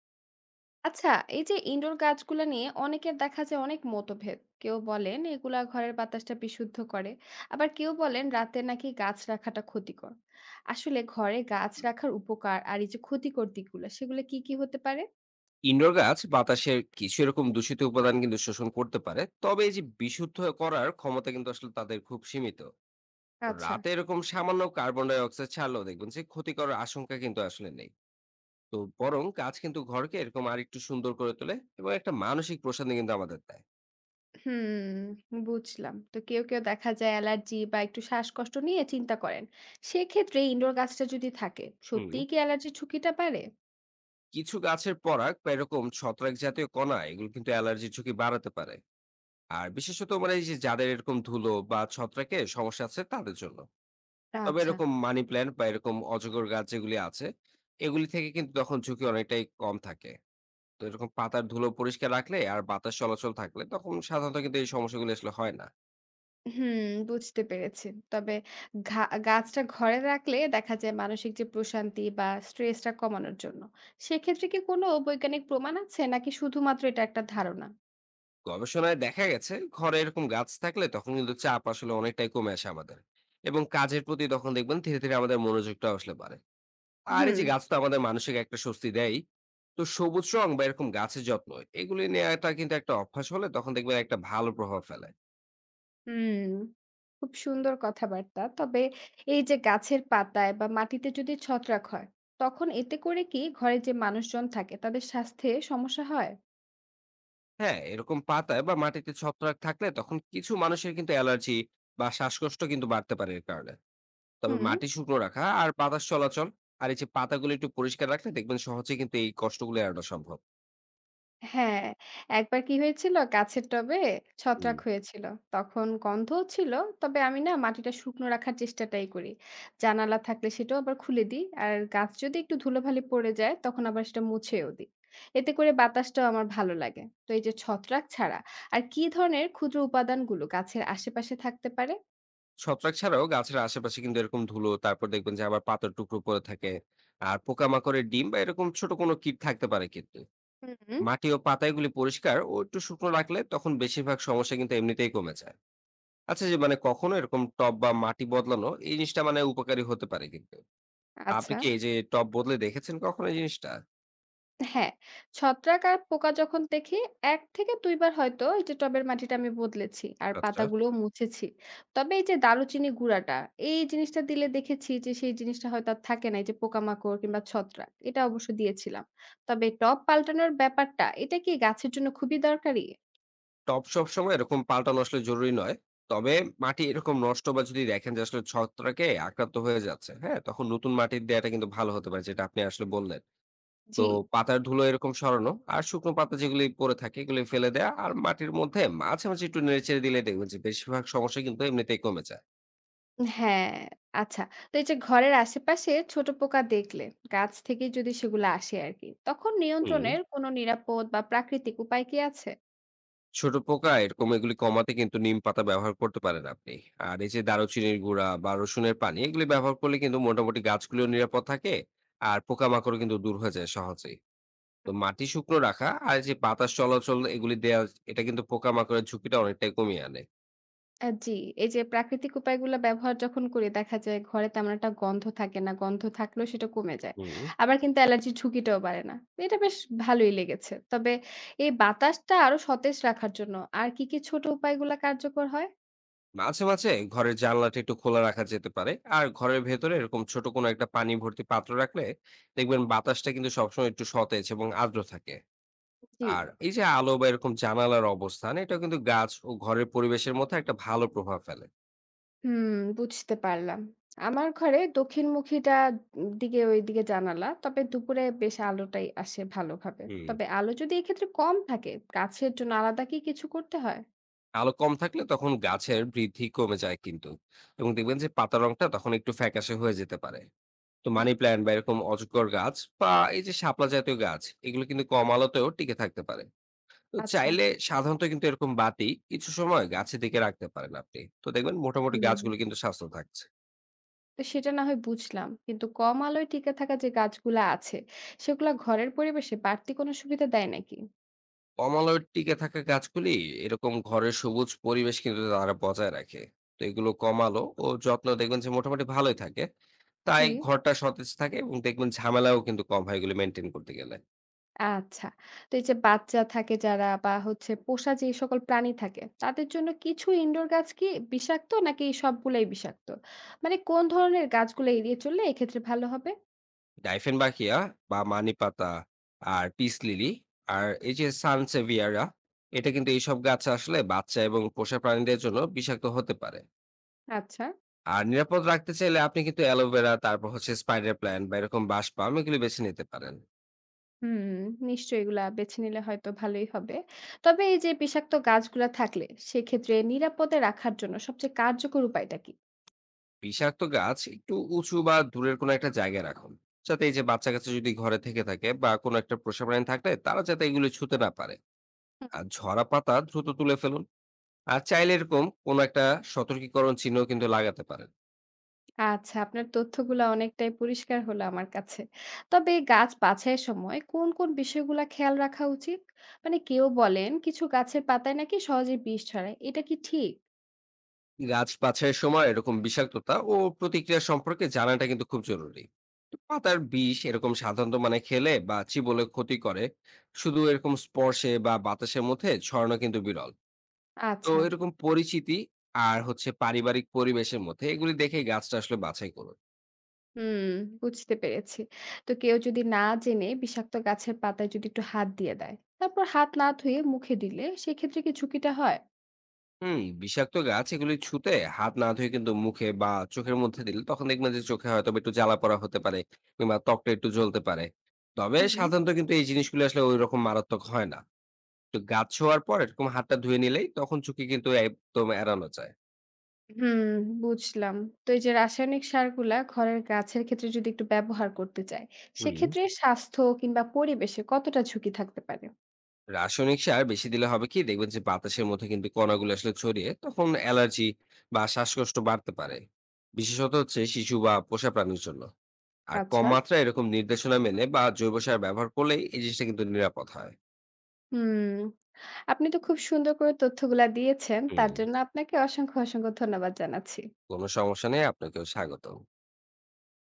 আচ্ছা। এই যে ইনডোর গাছগুলো নিয়ে অনেকের দেখা যায় অনেক মতভেদ। কেউ বলেন এগুলা ঘরের বাতাসটা বিশুদ্ধ করে, আবার কেউ বলেন রাতে নাকি গাছ রাখাটা ক্ষতিকর। আসলে ঘরে গাছ রাখার উপকার আর এই যে ক্ষতিকর দিকগুলো সেগুলো কি কি হতে পারে? ইনডোর গাছ বাতাসের কিছু এরকম দূষিত উপাদান কিন্তু শোষণ করতে পারে। তবে এই যে বিশুদ্ধ করার ক্ষমতা কিন্তু আসলে তাদের খুব সীমিত। তো আচ্ছা। রাতে এরকম সামান্য কার্বন ডাই অক্সাইড ছাড়লেও দেখবেন যে ক্ষতি করার আশঙ্কা কিন্তু আসলে নেই। তো বরং গাছ কিন্তু ঘরকে এরকম আরেকটু সুন্দর করে তোলে এবং একটা মানসিক প্রশান্তি কিন্তু আমাদের দেয়। হুম, বুঝলাম। তো কেউ কেউ দেখা যায় অ্যালার্জি বা একটু শ্বাসকষ্ট নিয়ে চিন্তা করেন। সেক্ষেত্রে ইনডোর গাছটা যদি থাকে হুম। সত্যিই কি অ্যালার্জির ঝুঁকিটা বাড়ে? কিছু গাছের পরাগ বা এরকম ছত্রাক জাতীয় কণা এগুলো কিন্তু অ্যালার্জির ঝুঁকি বাড়াতে পারে। আর বিশেষত এই যে যাদের এরকম ধুলো বা ছত্রাকে সমস্যা আছে তাদের জন্য। তবে আচ্ছা। এরকম মানি প্ল্যান্ট বা এরকম অজগর গাছ যেগুলি আছে, এগুলি থেকে কিন্তু তখন ঝুঁকি অনেকটাই কম থাকে। তো এরকম পাতার ধুলো পরিষ্কার রাখলে আর বাতাস চলাচল থাকলে তখন সাধারণত কিন্তু এই সমস্যাগুলো আসলে হয় না। হুম, বুঝতে পেরেছি। তবে ঘা গাছটা ঘরে রাখলে দেখা যায় মানসিক যে প্রশান্তি বা স্ট্রেসটা কমানোর জন্য। সেক্ষেত্রে কি কোনো বৈজ্ঞানিক প্রমাণ আছে নাকি শুধুমাত্র এটা একটা ধারণা? গবেষণায় দেখা গেছে ঘরে এরকম গাছ থাকলে তখন কিন্তু চাপ আসলে অনেকটাই কমে আসে আমাদের, এবং কাজের প্রতি তখন দেখবেন ধীরে ধীরে আমাদের মনোযোগটা আসলে বাড়ে। আর এই হুম, যে গাছ তো আমাদের মানসিক একটা স্বস্তি দেয়। তো সবুজ রং বা এরকম গাছের যত্ন, এগুলি নেওয়াটা কিন্তু একটা অভ্যাস হলে তখন দেখবেন একটা ভালো প্রভাব ফেলে। হুম। খুব সুন্দর কথাবার্তা। তবে এই যে গাছের পাতায় বা মাটিতে যদি ছত্রাক হয়, তখন এতে করে কি ঘরে যে মানুষজন থাকে তাদের স্বাস্থ্যে সমস্যা হয়? হ্যাঁ, এরকম পাতায় বা মাটিতে ছত্রাক থাকলে তখন কিছু মানুষের কিন্তু অ্যালার্জি বা শ্বাসকষ্ট কিন্তু বাড়তে পারে এর কারণে। তবে হুম। মাটি শুকনো রাখা আর বাতাস চলাচল আর এই যে পাতাগুলো একটু পরিষ্কার রাখলে দেখবেন সহজে কিন্তু এই কষ্টগুলো এড়ানো সম্ভব। হ্যাঁ, একবার কি হয়েছিল গাছের টবে হুম। ছত্রাক হয়েছিল। তখন গন্ধও ছিল। তবে আমি না মাটিটা শুকনো রাখার চেষ্টাটাই করি। জানালা থাকলে সেটাও আবার খুলে দিই। আর গাছ যদি একটু ধুলোবালি পড়ে যায় তখন আবার সেটা মুছেও দিই। এতে করে বাতাসটাও আমার ভালো লাগে। তো এই যে ছত্রাক ছাড়া আর কি ধরনের ক্ষুদ্র উপাদানগুলো গাছের আশেপাশে থাকতে পারে? ছত্রাক ছাড়াও গাছের আশেপাশে কিন্তু এরকম ধুলো, তারপর দেখবেন যে আবার পাতার টুকরো পড়ে থাকে। আর পোকামাকড়ের ডিম বা এরকম ছোট কোনো কীট থাকতে পারে কিন্তু। হুম, মাটি ও পাতা এগুলি পরিষ্কার ও একটু শুকনো রাখলে তখন বেশিরভাগ সমস্যা কিন্তু এমনিতেই কমে যায়। আচ্ছা, যে কখনো এরকম টব বা মাটি বদলানো এই জিনিসটা উপকারী হতে পারে কিন্তু। তো আপনি আচ্ছা। কি এই যে টব বদলে দেখেছেন কখনো এই জিনিসটা? হ্যাঁ, ছত্রাক আর পোকা যখন দেখি ১ থেকে ২ বার হয়তো এই যে টবের মাটিটা আমি বদলেছি আর আচ্ছা। পাতাগুলোও মুছেছি। তবে এই যে দারুচিনি গুঁড়াটা এই জিনিসটা দিলে দেখেছি যে সেই জিনিসটা হয়তো আর থাকে না। এই যে পোকামাকড় কিংবা ছত্রাক এটা অবশ্য দিয়েছিলাম। তবে টব পাল্টানোর ব্যাপারটা এটা কি গাছের জন্য খুবই দরকারি? টব সবসময় এরকম পাল্টানো আসলে জরুরি নয়। তবে মাটি এরকম নষ্ট বা যদি দেখেন যে আসলে ছত্রাকে আক্রান্ত হয়ে যাচ্ছে, হ্যাঁ? তখন নতুন মাটি দেয়াটা কিন্তু ভালো হতে পারে, যেটা আপনি আসলে বললেন। তো জি। পাতার ধুলো এরকম সরানো আর শুকনো পাতা যেগুলি পড়ে থাকে এগুলি ফেলে দেয়া, আর মাটির মধ্যে মাঝে মাঝে একটু নেড়েচেড়ে দিলে দেখবেন যে বেশিরভাগ সমস্যা কিন্তু এমনিতেই কমে যায়। হ্যাঁ, আচ্ছা। তো এই যে ঘরের আশেপাশে ছোট পোকা দেখলে গাছ থেকেই যদি সেগুলো আসে আরকি, তখন হুম। নিয়ন্ত্রণের কোনো নিরাপদ বা প্রাকৃতিক উপায় কি আছে? ছোট পোকা এরকম এগুলি কমাতে কিন্তু নিম পাতা ব্যবহার করতে পারেন আপনি। আর এই যে দারুচিনির গুঁড়া বা রসুনের পানি এগুলি ব্যবহার করলে কিন্তু মোটামুটি গাছগুলিও নিরাপদ থাকে আর পোকামাকড় কিন্তু দূর হয়ে যায় সহজেই। তো মাটি শুকনো রাখা আর যে বাতাস চলাচল এগুলি দেওয়া, এটা কিন্তু পোকামাকড়ের ঝুঁকিটা অনেকটাই কমিয়ে আনে। আ জি, এই যে প্রাকৃতিক উপায়গুলা ব্যবহার যখন করি দেখা যায় ঘরে তেমন একটা গন্ধ থাকে না। গন্ধ থাকলেও সেটা কমে যায়। হুম। আবার কিন্তু অ্যালার্জির ঝুঁকিটাও বাড়ে না। এটা বেশ ভালোই লেগেছে। তবে এই বাতাসটা আরো সতেজ রাখার জন্য আর কি, কি ছোট উপায়গুলা কার্যকর হয়? মাঝে মাঝে ঘরের জানলাটা একটু খোলা রাখা যেতে পারে। আর ঘরের ভেতরে এরকম ছোট কোনো একটা পানি ভর্তি পাত্র রাখলে দেখবেন বাতাসটা কিন্তু সবসময় একটু সতেজ এবং আর্দ্র থাকে। জি। আর এই যে আলো বা এরকম জানালার অবস্থান এটা কিন্তু গাছ ও ঘরের পরিবেশের মধ্যে একটা ভালো প্রভাব ফেলে। হুম, বুঝতে পারলাম। আমার ঘরে দক্ষিণমুখীটা দিকে ওইদিকে জানালা। তবে দুপুরে বেশ আলোটাই আসে ভালোভাবে। হুম। তবে আলো যদি এক্ষেত্রে কম থাকে গাছের জন্য আলাদা কি কিছু করতে হয়? আলো কম থাকলে তখন গাছের বৃদ্ধি কমে যায় কিন্তু, এবং দেখবেন যে পাতার রংটা তখন একটু ফ্যাকাশে হয়ে যেতে পারে। তো হুম। মানি প্ল্যান্ট বা এরকম অজগর গাছ বা এই যে শাপলা জাতীয় গাছ এগুলো কিন্তু কম আলোতেও টিকে থাকতে পারে। তো আচ্ছা। চাইলে সাধারণত কিন্তু এরকম বাতি কিছু সময় গাছের দিকে রাখতে পারেন আপনি, তো দেখবেন মোটামুটি হুম। গাছগুলো কিন্তু স্বাস্থ্য থাকছে। তো সেটা না হয় বুঝলাম। কিন্তু কম আলোয় টিকে থাকা যে গাছগুলা আছে, সেগুলা ঘরের পরিবেশে বাড়তি কোনো সুবিধা দেয় নাকি? কম আলোয় টিকে থাকা গাছগুলি এরকম ঘরের সবুজ পরিবেশ কিন্তু তারা বজায় রাখে। তো এগুলো কম আলো ও যত্ন দেখবেন যে মোটামুটি ভালোই থাকে। তাই জি। ঘরটা সতেজ থাকে এবং দেখবেন ঝামেলাও কিন্তু কম হয় এগুলো মেনটেন করতে গেলে। আচ্ছা। তো এই যে বাচ্চা থাকে যারা বা হচ্ছে পোষা যে সকল প্রাণী থাকে, তাদের জন্য কিছু ইনডোর গাছ কি বিষাক্ত নাকি সবগুলাই বিষাক্ত? মানে কোন ধরনের গাছগুলো এড়িয়ে চললে এক্ষেত্রে ভালো হবে? ডাইফেন বাখিয়া বা মানি পাতা আর পিস লিলি আর এই যে সানসেভিয়ারা, এটা কিন্তু এইসব গাছ আসলে বাচ্চা এবং পোষা প্রাণীদের জন্য বিষাক্ত হতে পারে। আচ্ছা। আর নিরাপদ রাখতে চাইলে আপনি কিন্তু অ্যালোভেরা, তারপর হচ্ছে স্পাইডার প্ল্যান্ট বা এরকম বাঁশ পাম এগুলি বেছে নিতে পারেন। হুম, নিশ্চয়ই এগুলা বেছে নিলে হয়তো ভালোই হবে। তবে এই যে বিষাক্ত গাছগুলা থাকলে, সেক্ষেত্রে নিরাপদে রাখার জন্য সবচেয়ে কার্যকর উপায়টা কি? বিষাক্ত গাছ একটু উঁচু বা দূরের কোনো একটা জায়গায় রাখুন, যাতে এই যে বাচ্চা কাচ্চা যদি ঘরে থেকে থাকে বা কোনো একটা পোষা প্রাণী থাকলে তারা যাতে এগুলো ছুঁতে না পারে। আর ঝরা পাতা দ্রুত তুলে ফেলুন। আর চাইলে এরকম কোনো একটা সতর্কীকরণ চিহ্ন কিন্তু লাগাতে পারেন। আচ্ছা, আপনার তথ্যগুলা অনেকটাই পরিষ্কার হলো আমার কাছে। তবে গাছ বাছাইয়ের সময় কোন, কোন বিষয়গুলা খেয়াল রাখা উচিত? মানে কেউ বলেন কিছু গাছের পাতায় নাকি সহজে বিষ ছড়ায়। এটা কি ঠিক? গাছ বাছাইয়ের সময় এরকম বিষাক্ততা ও প্রতিক্রিয়া সম্পর্কে জানাটা কিন্তু খুব জরুরি। তো পাতার বিষ এরকম সাধারণত খেলে বা চিবলে ক্ষতি করে। শুধু এরকম স্পর্শে বা বাতাসের মধ্যে ছড়ানো কিন্তু বিরল। তো আচ্ছা। এরকম পরিচিতি আর হচ্ছে পারিবারিক পরিবেশের মধ্যে এগুলি দেখেই গাছটা আসলে বাছাই করুন। হুম, বুঝতে পেরেছি। তো কেউ যদি না জেনে বিষাক্ত গাছের পাতায় যদি একটু হাত দিয়ে দেয়, তারপর হাত না ধুয়ে মুখে দিলে সেক্ষেত্রে কি ঝুঁকিটা হয়? হুম। বিষাক্ত গাছ এগুলি ছুঁতে হাত না ধুয়ে কিন্তু মুখে বা চোখের মধ্যে দিলে তখন দেখবেন যে চোখে হয়তো বা একটু জ্বালা পড়া হতে পারে কিংবা ত্বকটা একটু জ্বলতে পারে। তবে হুম। সাধারণত কিন্তু এই জিনিসগুলো আসলে ওই রকম মারাত্মক হয় না। তো গাছ ছোঁয়ার পর এরকম হাতটা ধুয়ে নিলেই তখন ঝুঁকি কিন্তু একদম এড়ানো যায়। হুম, বুঝলাম। তো এই যে রাসায়নিক সারগুলা ঘরের গাছের ক্ষেত্রে যদি একটু ব্যবহার করতে চাই, হুম। সেক্ষেত্রে স্বাস্থ্য কিংবা পরিবেশে কতটা ঝুঁকি থাকতে পারে? রাসায়নিক সার বেশি দিলে হবে কি, দেখবেন যে বাতাসের মধ্যে কিন্তু কণাগুলো আসলে ছড়িয়ে তখন অ্যালার্জি বা শ্বাসকষ্ট বাড়তে পারে, বিশেষত হচ্ছে শিশু বা পোষা প্রাণীর জন্য। আর কম আচ্ছা। মাত্রায় এরকম নির্দেশনা মেনে বা জৈব সার ব্যবহার করলেই এই জিনিসটা কিন্তু নিরাপদ হয়। হুম, আপনি তো খুব সুন্দর করে তথ্যগুলা দিয়েছেন। হুম। তার জন্য আপনাকে অসংখ্য, অসংখ্য ধন্যবাদ জানাচ্ছি। কোনো সমস্যা নেই, আপনাকেও স্বাগত।